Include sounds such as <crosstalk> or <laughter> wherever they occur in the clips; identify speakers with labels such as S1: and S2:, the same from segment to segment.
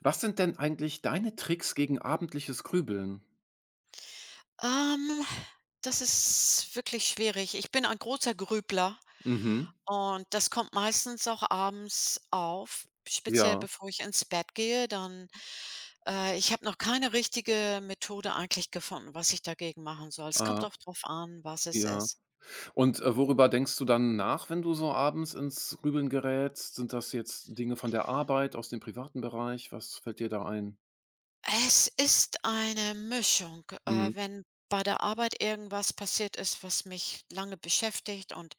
S1: Was sind denn eigentlich deine Tricks gegen abendliches Grübeln?
S2: Ähm, Das ist wirklich schwierig. Ich bin ein großer Grübler
S1: Mhm.
S2: und das kommt meistens auch abends auf, speziell
S1: Ja,
S2: bevor ich ins Bett gehe. Dann ich habe noch keine richtige Methode eigentlich gefunden, was ich dagegen machen soll. Es kommt
S1: ah,
S2: auch drauf an, was es
S1: ja.
S2: ist.
S1: Worüber denkst du dann nach, wenn du so abends ins Grübeln gerätst? Sind das jetzt Dinge von der Arbeit, aus dem privaten Bereich? Was fällt dir da ein?
S2: Es ist eine Mischung.
S1: Mhm.
S2: Wenn bei der Arbeit irgendwas passiert ist, was mich lange beschäftigt und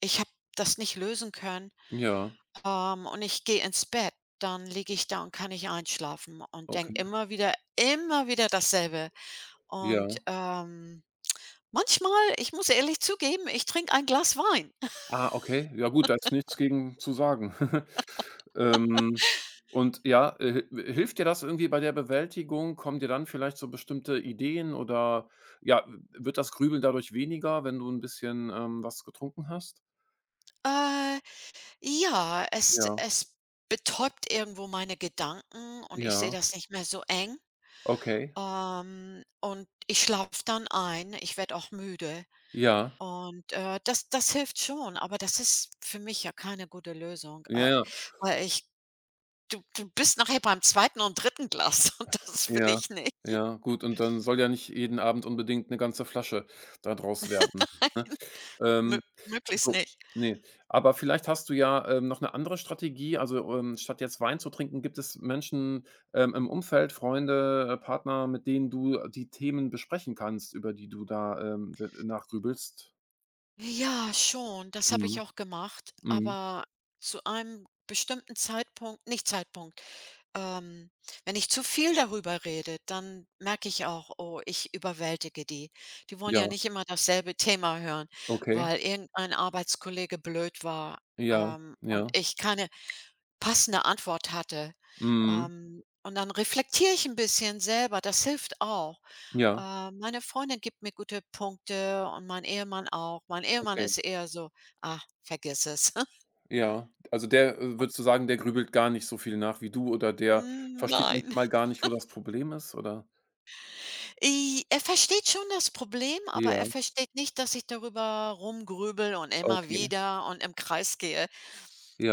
S2: ich habe das nicht lösen können,
S1: Ja,
S2: Ähm, und ich gehe ins Bett, dann liege ich da und kann nicht einschlafen und denke
S1: okay.
S2: immer wieder dasselbe. Und,
S1: Ja.
S2: manchmal ich muss ehrlich zugeben, ich trinke ein Glas Wein.
S1: Ah, okay. Ja gut, da ist nichts gegen zu sagen. <laughs> Ähm, und ja, hi hilft dir das irgendwie bei der Bewältigung? Kommen dir dann vielleicht so bestimmte Ideen oder, ja, wird das Grübeln dadurch weniger, wenn du ein bisschen, was getrunken hast?
S2: Äh, ja, es
S1: Ja,
S2: es betäubt irgendwo meine Gedanken und ich sehe
S1: ja,
S2: das nicht mehr so eng.
S1: okay.
S2: Und ich schlafe dann ein, ich werde auch müde
S1: Ja,
S2: und, das hilft schon, aber das ist für mich ja keine gute Lösung,
S1: ja, ja,
S2: weil ich du bist nachher beim zweiten und dritten Glas <laughs> und das will
S1: ja,
S2: ich nicht,
S1: ja, gut, und dann soll ja nicht jeden Abend unbedingt eine ganze Flasche da draus werden, ne?
S2: mö
S1: Ähm.
S2: möglichst
S1: So,
S2: nicht.
S1: ne. Aber vielleicht hast du ja, noch eine andere Strategie. Also, statt jetzt Wein zu trinken, gibt es Menschen, im Umfeld, Freunde, Partner, mit denen du die Themen besprechen kannst, über die du da, d nachgrübelst?
S2: Ja, schon, das habe ich
S1: Mhm,
S2: auch gemacht,
S1: mhm.
S2: aber zu einem bestimmten Zeitpunkt nicht Zeitpunkt, ähm, wenn ich zu viel darüber rede, dann merke ich auch: „Oh, ich überwältige die.“ Die wollen
S1: Ja,
S2: ja nicht immer dasselbe Thema hören,
S1: okay.
S2: weil irgendein Arbeitskollege blöd war,
S1: Ja,
S2: und
S1: ja.
S2: ich keine passende Antwort hatte.
S1: Mhm.
S2: Und dann reflektiere ich ein bisschen selber, das hilft auch.
S1: Ja,
S2: Meine Freundin gibt mir gute Punkte und mein Ehemann auch. Mein Ehemann
S1: okay.
S2: ist eher so: „Ah, vergiss es.“ <laughs>
S1: Ja. Also, der, würdest du sagen, der grübelt gar nicht so viel nach wie du, oder der
S2: „Hm,
S1: versteht
S2: nein.“
S1: manchmal gar nicht, wo das Problem ist, oder?
S2: I Er versteht schon das Problem, aber er
S1: Ja,
S2: versteht nicht, dass ich darüber rumgrübel und immer
S1: okay.
S2: wieder und im Kreis gehe.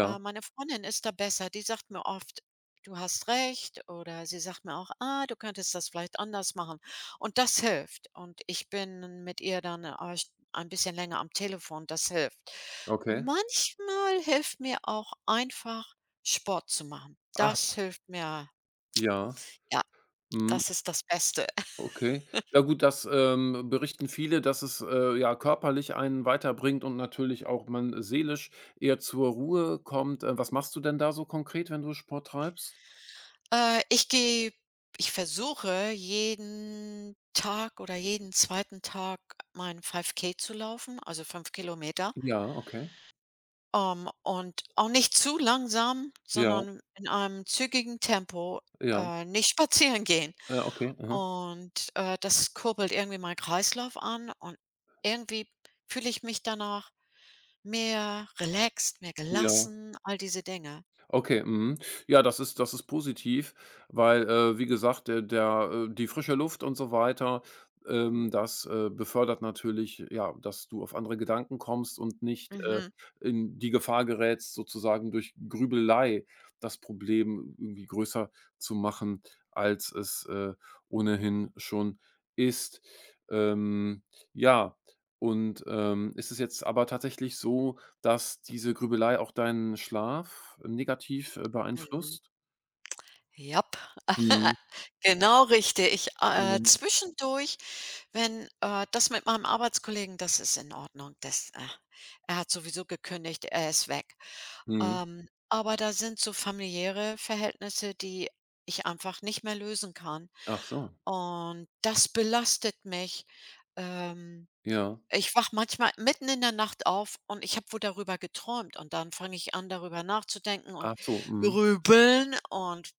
S2: Meine Freundin ist da besser, die sagt mir oft: „Du hast recht“, oder sie sagt mir auch: „Ah, du könntest das vielleicht anders machen.“ Und das hilft. Und ich bin mit ihr dann, ein bisschen länger am Telefon, das hilft.
S1: okay.
S2: Manchmal hilft mir auch einfach, Sport zu machen.
S1: Ah,
S2: Das hilft mir.
S1: ja.
S2: Ja,
S1: Mhm,
S2: das ist das Beste.
S1: okay. Ja gut, das, berichten viele, dass es, ja, körperlich einen weiterbringt und natürlich auch man seelisch eher zur Ruhe kommt. Was machst du denn da so konkret, wenn du Sport treibst?
S2: Äh, ich gehe Ich versuche jeden Tag oder jeden zweiten Tag meinen 5K zu laufen, also 5 Kilometer.
S1: Ja, okay.
S2: Und auch nicht zu langsam,
S1: Ja,
S2: sondern in einem zügigen Tempo,
S1: ja.
S2: nicht <laughs> spazieren gehen.
S1: Ah, okay. Aha.
S2: Und, das kurbelt irgendwie meinen Kreislauf an und irgendwie fühle ich mich danach mehr relaxed, mehr
S1: Ja.
S2: gelassen, all diese Dinge.
S1: Okay, mhm. Ja, das ist positiv, weil, wie gesagt, der der die frische Luft und so weiter, das, befördert natürlich, ja, dass du auf andere Gedanken kommst und nicht,
S2: Mhm,
S1: in die Gefahr gerätst, sozusagen durch Grübelei das Problem irgendwie größer zu machen, als es, ohnehin schon ist. Ähm, ja, und, ist es jetzt aber tatsächlich so, dass diese Grübelei auch deinen Schlaf negativ,
S2: mhm.
S1: beeinflusst?
S2: Jap,
S1: Mhm.
S2: <laughs> genau richtig. Äh,
S1: Mhm.
S2: zwischendurch wenn das mit meinem Arbeitskollegen, das ist in Ordnung. Das Er hat sowieso gekündigt, er ist weg.
S1: Mhm.
S2: Aber da sind so familiäre Verhältnisse, die ich einfach nicht mehr lösen kann.
S1: Ach so,
S2: Und das belastet mich. Ähm,
S1: ja.
S2: Ich wach manchmal mitten in der Nacht auf und ich habe wohl darüber geträumt und dann fange ich an, darüber nachzudenken und
S1: Ach so, mhm.
S2: grübeln und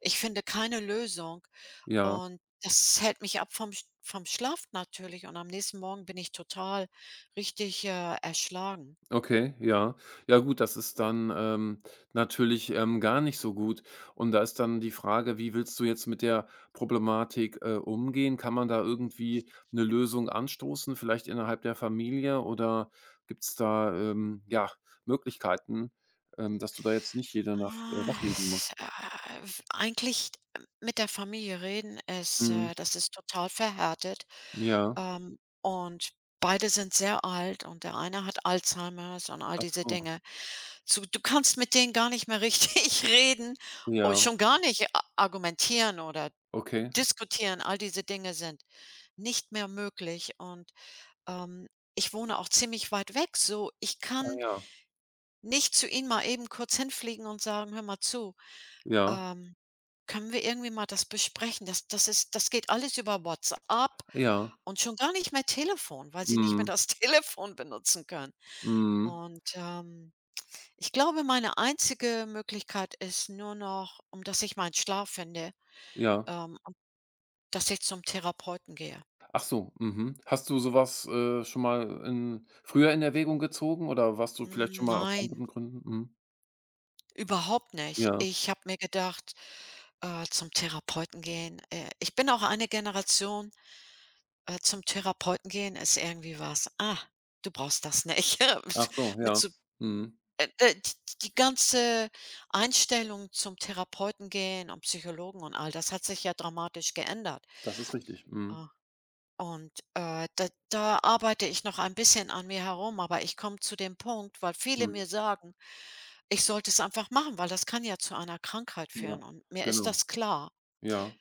S2: ich finde keine Lösung.
S1: Ja,
S2: Und das hält mich ab vom Sch vom Schlaf natürlich und am nächsten Morgen bin ich total richtig, erschlagen.
S1: okay, ja. Ja gut, das ist dann, natürlich, gar nicht so gut. Und da ist dann die Frage, wie willst du jetzt mit der Problematik, umgehen? Kann man da irgendwie eine Lösung anstoßen, vielleicht innerhalb der Familie? Oder gibt es da, ja, Möglichkeiten, dass du da jetzt nicht jede Nacht,
S2: Ah,
S1: wach liegen
S2: es-
S1: musst?
S2: w Eigentlich mit der Familie reden ist
S1: Mhm.
S2: äh, das ist total verhärtet,
S1: Ja.
S2: und beide sind sehr alt und der eine hat Alzheimers und all
S1: Ach
S2: diese
S1: so.
S2: Dinge. So, du kannst mit denen gar nicht mehr richtig <laughs> reden und
S1: Ja.
S2: schon gar nicht a argumentieren oder
S1: Okay.
S2: diskutieren. All diese Dinge sind nicht mehr möglich und Ähm, ich wohne auch ziemlich weit weg, so ich
S1: Ah
S2: kann
S1: ja.
S2: nicht zu ihm mal eben kurz hinfliegen und sagen: „Hör mal zu,
S1: Ja.
S2: ähm, können wir irgendwie mal das besprechen?“ Das geht alles über WhatsApp
S1: Ja.
S2: und schon gar nicht mehr Telefon, weil sie nicht mehr
S1: Mhm.
S2: das <laughs> Telefon benutzen können.
S1: Mhm.
S2: Und, ich glaube, meine einzige Möglichkeit ist nur noch, um dass ich meinen Schlaf finde,
S1: Ja.
S2: ähm, dass ich zum Therapeuten gehe.
S1: Ach so. Mhm. Hast du sowas schon mal in früher in Erwägung gezogen oder warst du vielleicht
S2: Hm,
S1: schon mal aus anderen
S2: nein.
S1: Gründen mhm.
S2: Überhaupt nicht.
S1: Ja.
S2: Ich habe mir gedacht, zum Therapeuten gehen ich bin auch eine Generation, zum Therapeuten gehen ist irgendwie was: „Ah, du brauchst das nicht.“
S1: Ach so,
S2: <laughs> Mit
S1: ja.
S2: so
S1: Mhm.
S2: d Die ganze Einstellung zum Therapeuten gehen und Psychologen und all das hat sich ja dramatisch geändert.
S1: Das ist richtig. Mhm.
S2: Ah, und, da arbeite ich noch ein bisschen an mir herum, aber ich komme zu dem Punkt, weil viele
S1: Mhm.
S2: mir sagen: Ich sollte es einfach machen, weil das kann ja zu einer Krankheit
S1: Ja.
S2: führen und mir ist
S1: Genau.
S2: das klar.
S1: Ja.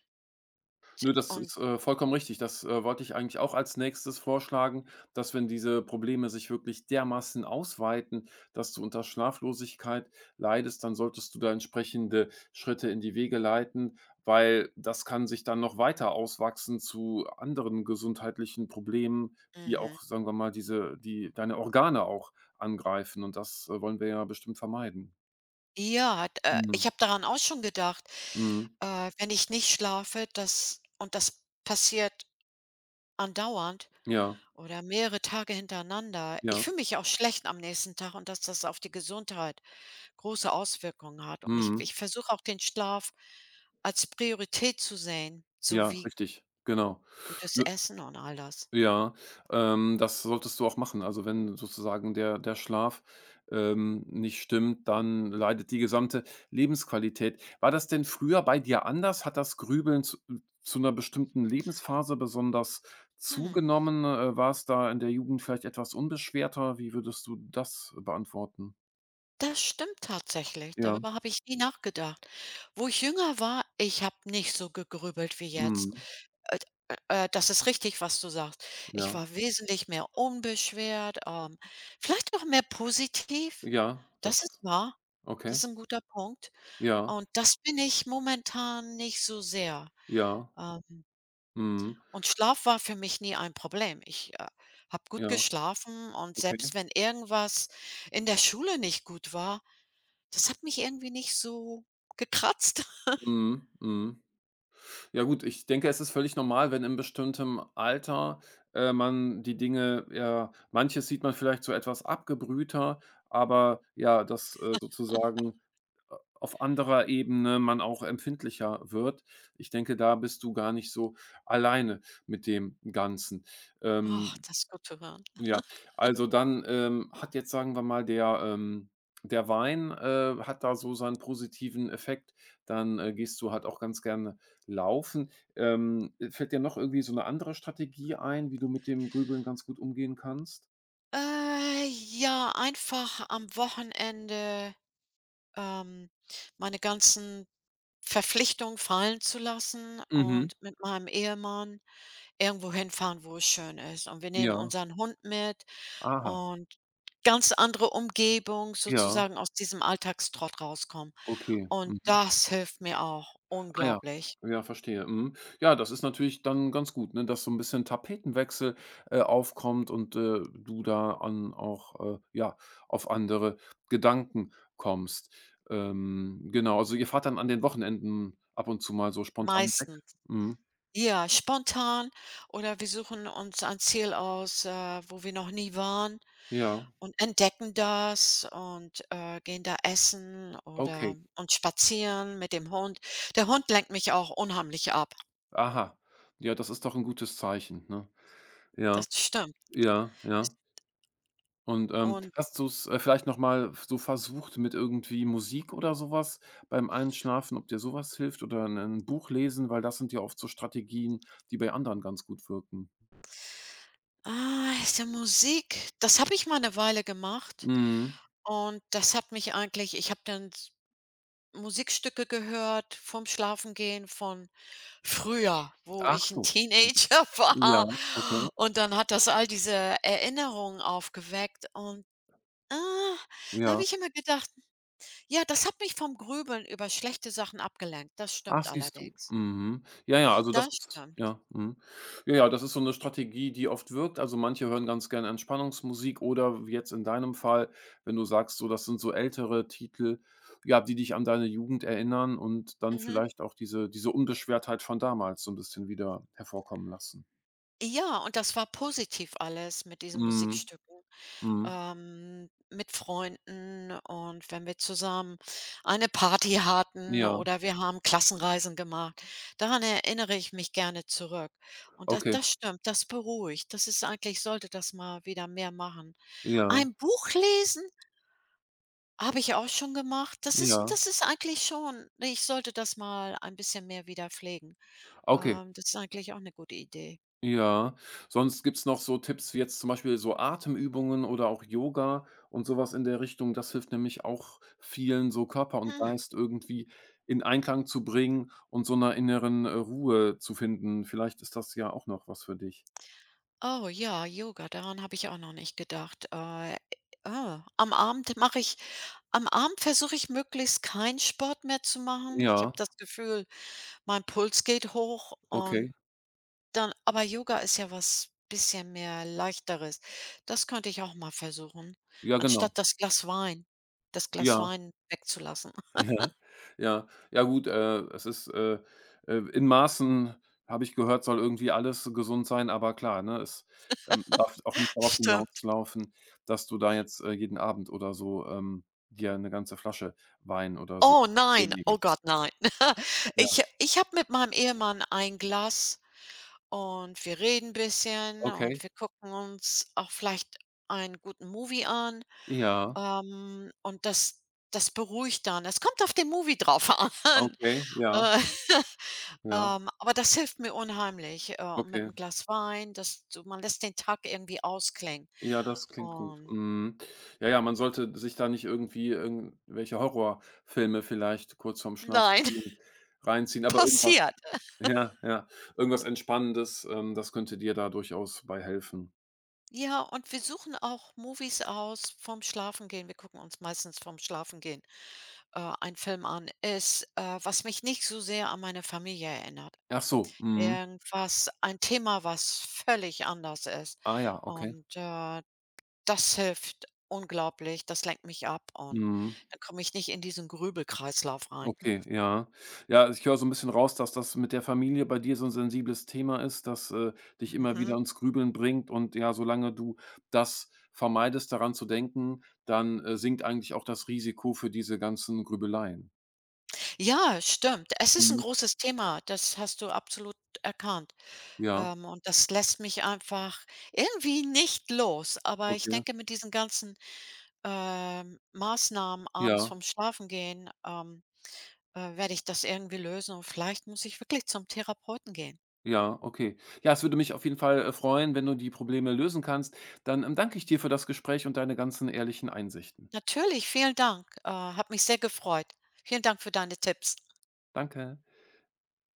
S1: Nö, das
S2: Und
S1: ist, vollkommen richtig. Das, wollte ich eigentlich auch als Nächstes vorschlagen, dass wenn diese Probleme sich wirklich dermaßen ausweiten, dass du unter Schlaflosigkeit leidest, dann solltest du da entsprechende Schritte in die Wege leiten, weil das kann sich dann noch weiter auswachsen zu anderen gesundheitlichen Problemen, die
S2: mhm.
S1: auch, sagen wir mal, diese die deine Organe auch angreifen, und das, wollen wir ja bestimmt vermeiden.
S2: Ja, d
S1: Mhm,
S2: ich habe daran auch schon gedacht,
S1: mhm.
S2: wenn ich nicht schlafe, das und das passiert andauernd
S1: Ja,
S2: oder mehrere Tage hintereinander. Ich
S1: ja.
S2: fühle mich ja auch schlecht am nächsten Tag und dass das auf die Gesundheit große Auswirkungen hat. Und ich
S1: Mhm.
S2: ich versuche auch den Schlaf als Priorität zu sehen, so
S1: Ja,
S2: wie
S1: richtig, genau.
S2: gutes
S1: Nö.
S2: Essen und all das.
S1: Ja, das solltest du auch machen. Also, wenn sozusagen der der Schlaf, nicht stimmt, dann leidet die gesamte Lebensqualität. War das denn früher bei dir anders? Hat das Grübeln zu 'ner bestimmten Lebensphase besonders
S2: Hm,
S1: zugenommen? War es da in der Jugend vielleicht etwas unbeschwerter? Wie würdest du das beantworten?
S2: das stimmt tatsächlich.
S1: Ja,
S2: Darüber habe ich nie nachgedacht. Wo ich jünger war, ich habe nicht so gegrübelt wie jetzt.
S1: mhm,
S2: Äh, Das ist richtig, was du sagst. Ich
S1: ja,
S2: war wesentlich mehr unbeschwert, vielleicht auch mehr positiv.
S1: ja, das
S2: Das ist wahr. Das
S1: okay,
S2: ist ein guter Punkt.
S1: ja,
S2: Und das bin ich momentan nicht so sehr.
S1: ja,
S2: Ähm,
S1: mhm,
S2: und Schlaf war für mich nie ein Problem. Ich, habe gut
S1: ja,
S2: geschlafen und
S1: okay,
S2: selbst wenn irgendwas in der Schule nicht gut war, das hat mich irgendwie nicht so gekratzt. <laughs>
S1: mhm, mhm. Ja gut, ich denke, es ist völlig normal, wenn in bestimmtem Alter, man die Dinge ja manches sieht man vielleicht so etwas abgebrühter, aber ja, dass, sozusagen a auf anderer Ebene man auch empfindlicher wird. Ich denke, da bist du gar nicht so alleine mit dem Ganzen.
S2: Ach,
S1: Ähm,
S2: das ist gut zu hören.
S1: ja, also dann, hat jetzt, sagen wir mal, der Wein, hat da so seinen positiven Effekt. Dann, gehst du halt auch ganz gerne laufen. Fällt dir noch irgendwie so eine andere Strategie ein, wie du mit dem Grübeln ganz gut umgehen kannst?
S2: Ja, einfach am Wochenende ähm, meine ganzen Verpflichtungen fallen zu lassen
S1: Mhm,
S2: und mit meinem Ehemann irgendwo hinfahren, wo es schön ist. Und wir nehmen
S1: ja.
S2: unseren Hund mit
S1: Aha.
S2: und ganz andere Umgebung,
S1: Ja,
S2: sozusagen aus diesem Alltagstrott rauskommen.
S1: okay.
S2: Und
S1: Mhm.
S2: das hilft mir auch
S1: Ah ja,
S2: unglaublich.
S1: ja, verstehe. Mhm. Ja, das ist natürlich dann ganz gut, ne, dass so ein bisschen Tapetenwechsel, aufkommt und, du da an auch, ja, auf andere Gedanken kommst. Genau, also ihr fahrt dann an den Wochenenden ab und zu mal so spontan weg?
S2: Meistens.
S1: Mhm.
S2: Ja, spontan oder wir suchen uns ein Ziel aus, wo wir noch nie waren
S1: Ja,
S2: und entdecken das und, gehen da essen
S1: okay.
S2: oder und spazieren mit dem Hund. Der Hund lenkt mich auch unheimlich ab.
S1: Aha. Ja, das ist doch ein gutes Zeichen, ne? Ja,
S2: Das stimmt.
S1: ja,
S2: Es
S1: ja. Und,
S2: und,
S1: hast du's, vielleicht noch mal so versucht mit irgendwie Musik oder sowas beim Einschlafen, ob dir sowas hilft, oder ein 'n Buch lesen, weil das sind ja oft so Strategien, die bei anderen ganz gut wirken.
S2: ah, ist ja das habe ich mal eine Weile gemacht
S1: Mhm.
S2: und das hat mich eigentlich ich habe dann s Musikstücke gehört vorm Schlafengehen von früher, wo
S1: Ach
S2: ich ein
S1: so.
S2: Teenager <laughs>
S1: Ja,
S2: war
S1: okay.
S2: und dann hat das all diese Erinnerungen aufgeweckt und, ah, da habe
S1: Ja.
S2: ich immer gedacht: Ja, das hat mich vom Grübeln über schlechte Sachen abgelenkt. Das
S1: Ach,
S2: stimmt
S1: siehst du.
S2: allerdings.
S1: Mhm. Ja, ja, also das
S2: Das
S1: ist
S2: stimmt.
S1: ja, mhm. Ja, ja, das ist so eine Strategie, die oft wirkt. Also, manche hören ganz gerne Entspannungsmusik oder wie jetzt in deinem Fall, wenn du sagst, so, das sind so ältere Titel, ja, die dich an deine Jugend erinnern und dann
S2: Mhm.
S1: vielleicht auch diese Unbeschwertheit von damals so ein bisschen wieder hervorkommen lassen.
S2: Ja, und das war positiv alles mit diesen
S1: Mhm,
S2: Musikstücken,
S1: mhm.
S2: mit Freunden und wenn wir zusammen eine Party hatten
S1: Ja,
S2: oder wir haben Klassenreisen gemacht. Daran erinnere ich mich gerne zurück. Und das
S1: okay.
S2: das stimmt, das beruhigt. Das ist eigentlich sollte das mal wieder mehr machen.
S1: Ja,
S2: Ein Buch lesen? Habe ich auch schon gemacht. Das ist
S1: ja,
S2: das ist eigentlich schon ne, ich sollte das mal ein bisschen mehr wieder pflegen.
S1: okay.
S2: Das ist eigentlich auch eine gute Idee.
S1: Ja, sonst gibt's noch so Tipps wie jetzt zum Beispiel so Atemübungen oder auch Yoga und sowas in der Richtung. Das hilft nämlich auch vielen, so Körper und
S2: Mhm.
S1: Geist irgendwie in Einklang zu bringen und so einer inneren, Ruhe zu finden. Vielleicht ist das ja auch noch was für dich.
S2: Oh ja, Yoga, daran habe ich auch noch nicht gedacht. Ah, am Abend mache ich Am Abend versuche ich möglichst keinen Sport mehr zu machen. Ich
S1: Ja,
S2: habe das Gefühl, mein Puls geht hoch und
S1: okay.
S2: dann, aber Yoga ist ja was bisschen mehr Leichteres. Das könnte ich auch mal versuchen,
S1: Ja, genau.
S2: anstatt das Glas
S1: Ja.
S2: Wein wegzulassen.
S1: Ja, ja. Ja gut, es ist, in Maßen, habe ich gehört, soll irgendwie alles gesund sein, aber klar, ne, es, darf auch nicht darauf
S2: Stimmt.
S1: hinauslaufen, dass du da jetzt, jeden Abend oder so, dir eine ganze Flasche Wein oder so
S2: Oh nein, oh
S1: genehmigst.
S2: Gott, nein. <laughs>
S1: Ja,
S2: Ich habe mit meinem Ehemann ein Glas und wir reden ein bisschen
S1: okay.
S2: und wir gucken uns auch vielleicht einen guten Movie an,
S1: Ja,
S2: und das beruhigt dann. Es kommt auf den Movie drauf an.
S1: okay,
S2: <laughs>
S1: ja,
S2: Äh,
S1: ja,
S2: aber das hilft mir unheimlich, und mit
S1: okay.
S2: 'm Glas Wein, das du man lässt den Tag irgendwie ausklingen.
S1: Ja, das klingt gut.
S2: Und
S1: Mhm. Ja, ja, man sollte sich da nicht irgendwie irgendwelche Horrorfilme vielleicht kurz vorm Schlafen
S2: nein,
S1: gehen
S2: <laughs>
S1: reinziehen, aber irgendwas.
S2: passiert.
S1: Ja, ja. Irgendwas Entspannendes, das könnte dir da durchaus bei helfen.
S2: Ja, und wir suchen auch Movies aus vorm Schlafengehen. Wir gucken uns meistens vorm Schlafengehen, einen Film an. Es Was mich nicht so sehr an meine Familie erinnert.
S1: Ach so, mhm.
S2: Irgendwas ein Thema, was völlig anders ist.
S1: Ah ja, okay.
S2: Und, das hilft unglaublich. Das lenkt mich ab und
S1: Mhm.
S2: dann komme ich nicht in diesen Grübelkreislauf rein.
S1: Okay, ja. Ja, also ich höre so 'n bisschen raus, dass das mit der Familie bei dir so 'n sensibles Thema ist, das, dich immer wieder
S2: Mhm.
S1: ins Grübeln bringt, und ja, solange du das vermeidest, daran zu denken, dann, sinkt eigentlich auch das Risiko für diese ganzen Grübeleien.
S2: Ja, stimmt. Es ist ein
S1: Mhm.
S2: großes Thema. Das hast du absolut erkannt.
S1: Ja,
S2: Und das lässt mich einfach irgendwie nicht los. Aber ich
S1: okay.
S2: denke, mit diesen ganzen, Maßnahmen abends
S1: Ja.
S2: vom Schlafengehen, werde ich das irgendwie lösen und vielleicht muss ich wirklich zum Therapeuten gehen.
S1: Ja, okay. Ja, es würde mich auf jeden Fall, freuen, wenn du die Probleme lösen kannst. Dann, danke ich dir für das Gespräch und deine ganzen ehrlichen Einsichten.
S2: Natürlich, vielen Dank. Hat mich sehr gefreut. Vielen Dank für deine Tipps.
S1: Danke.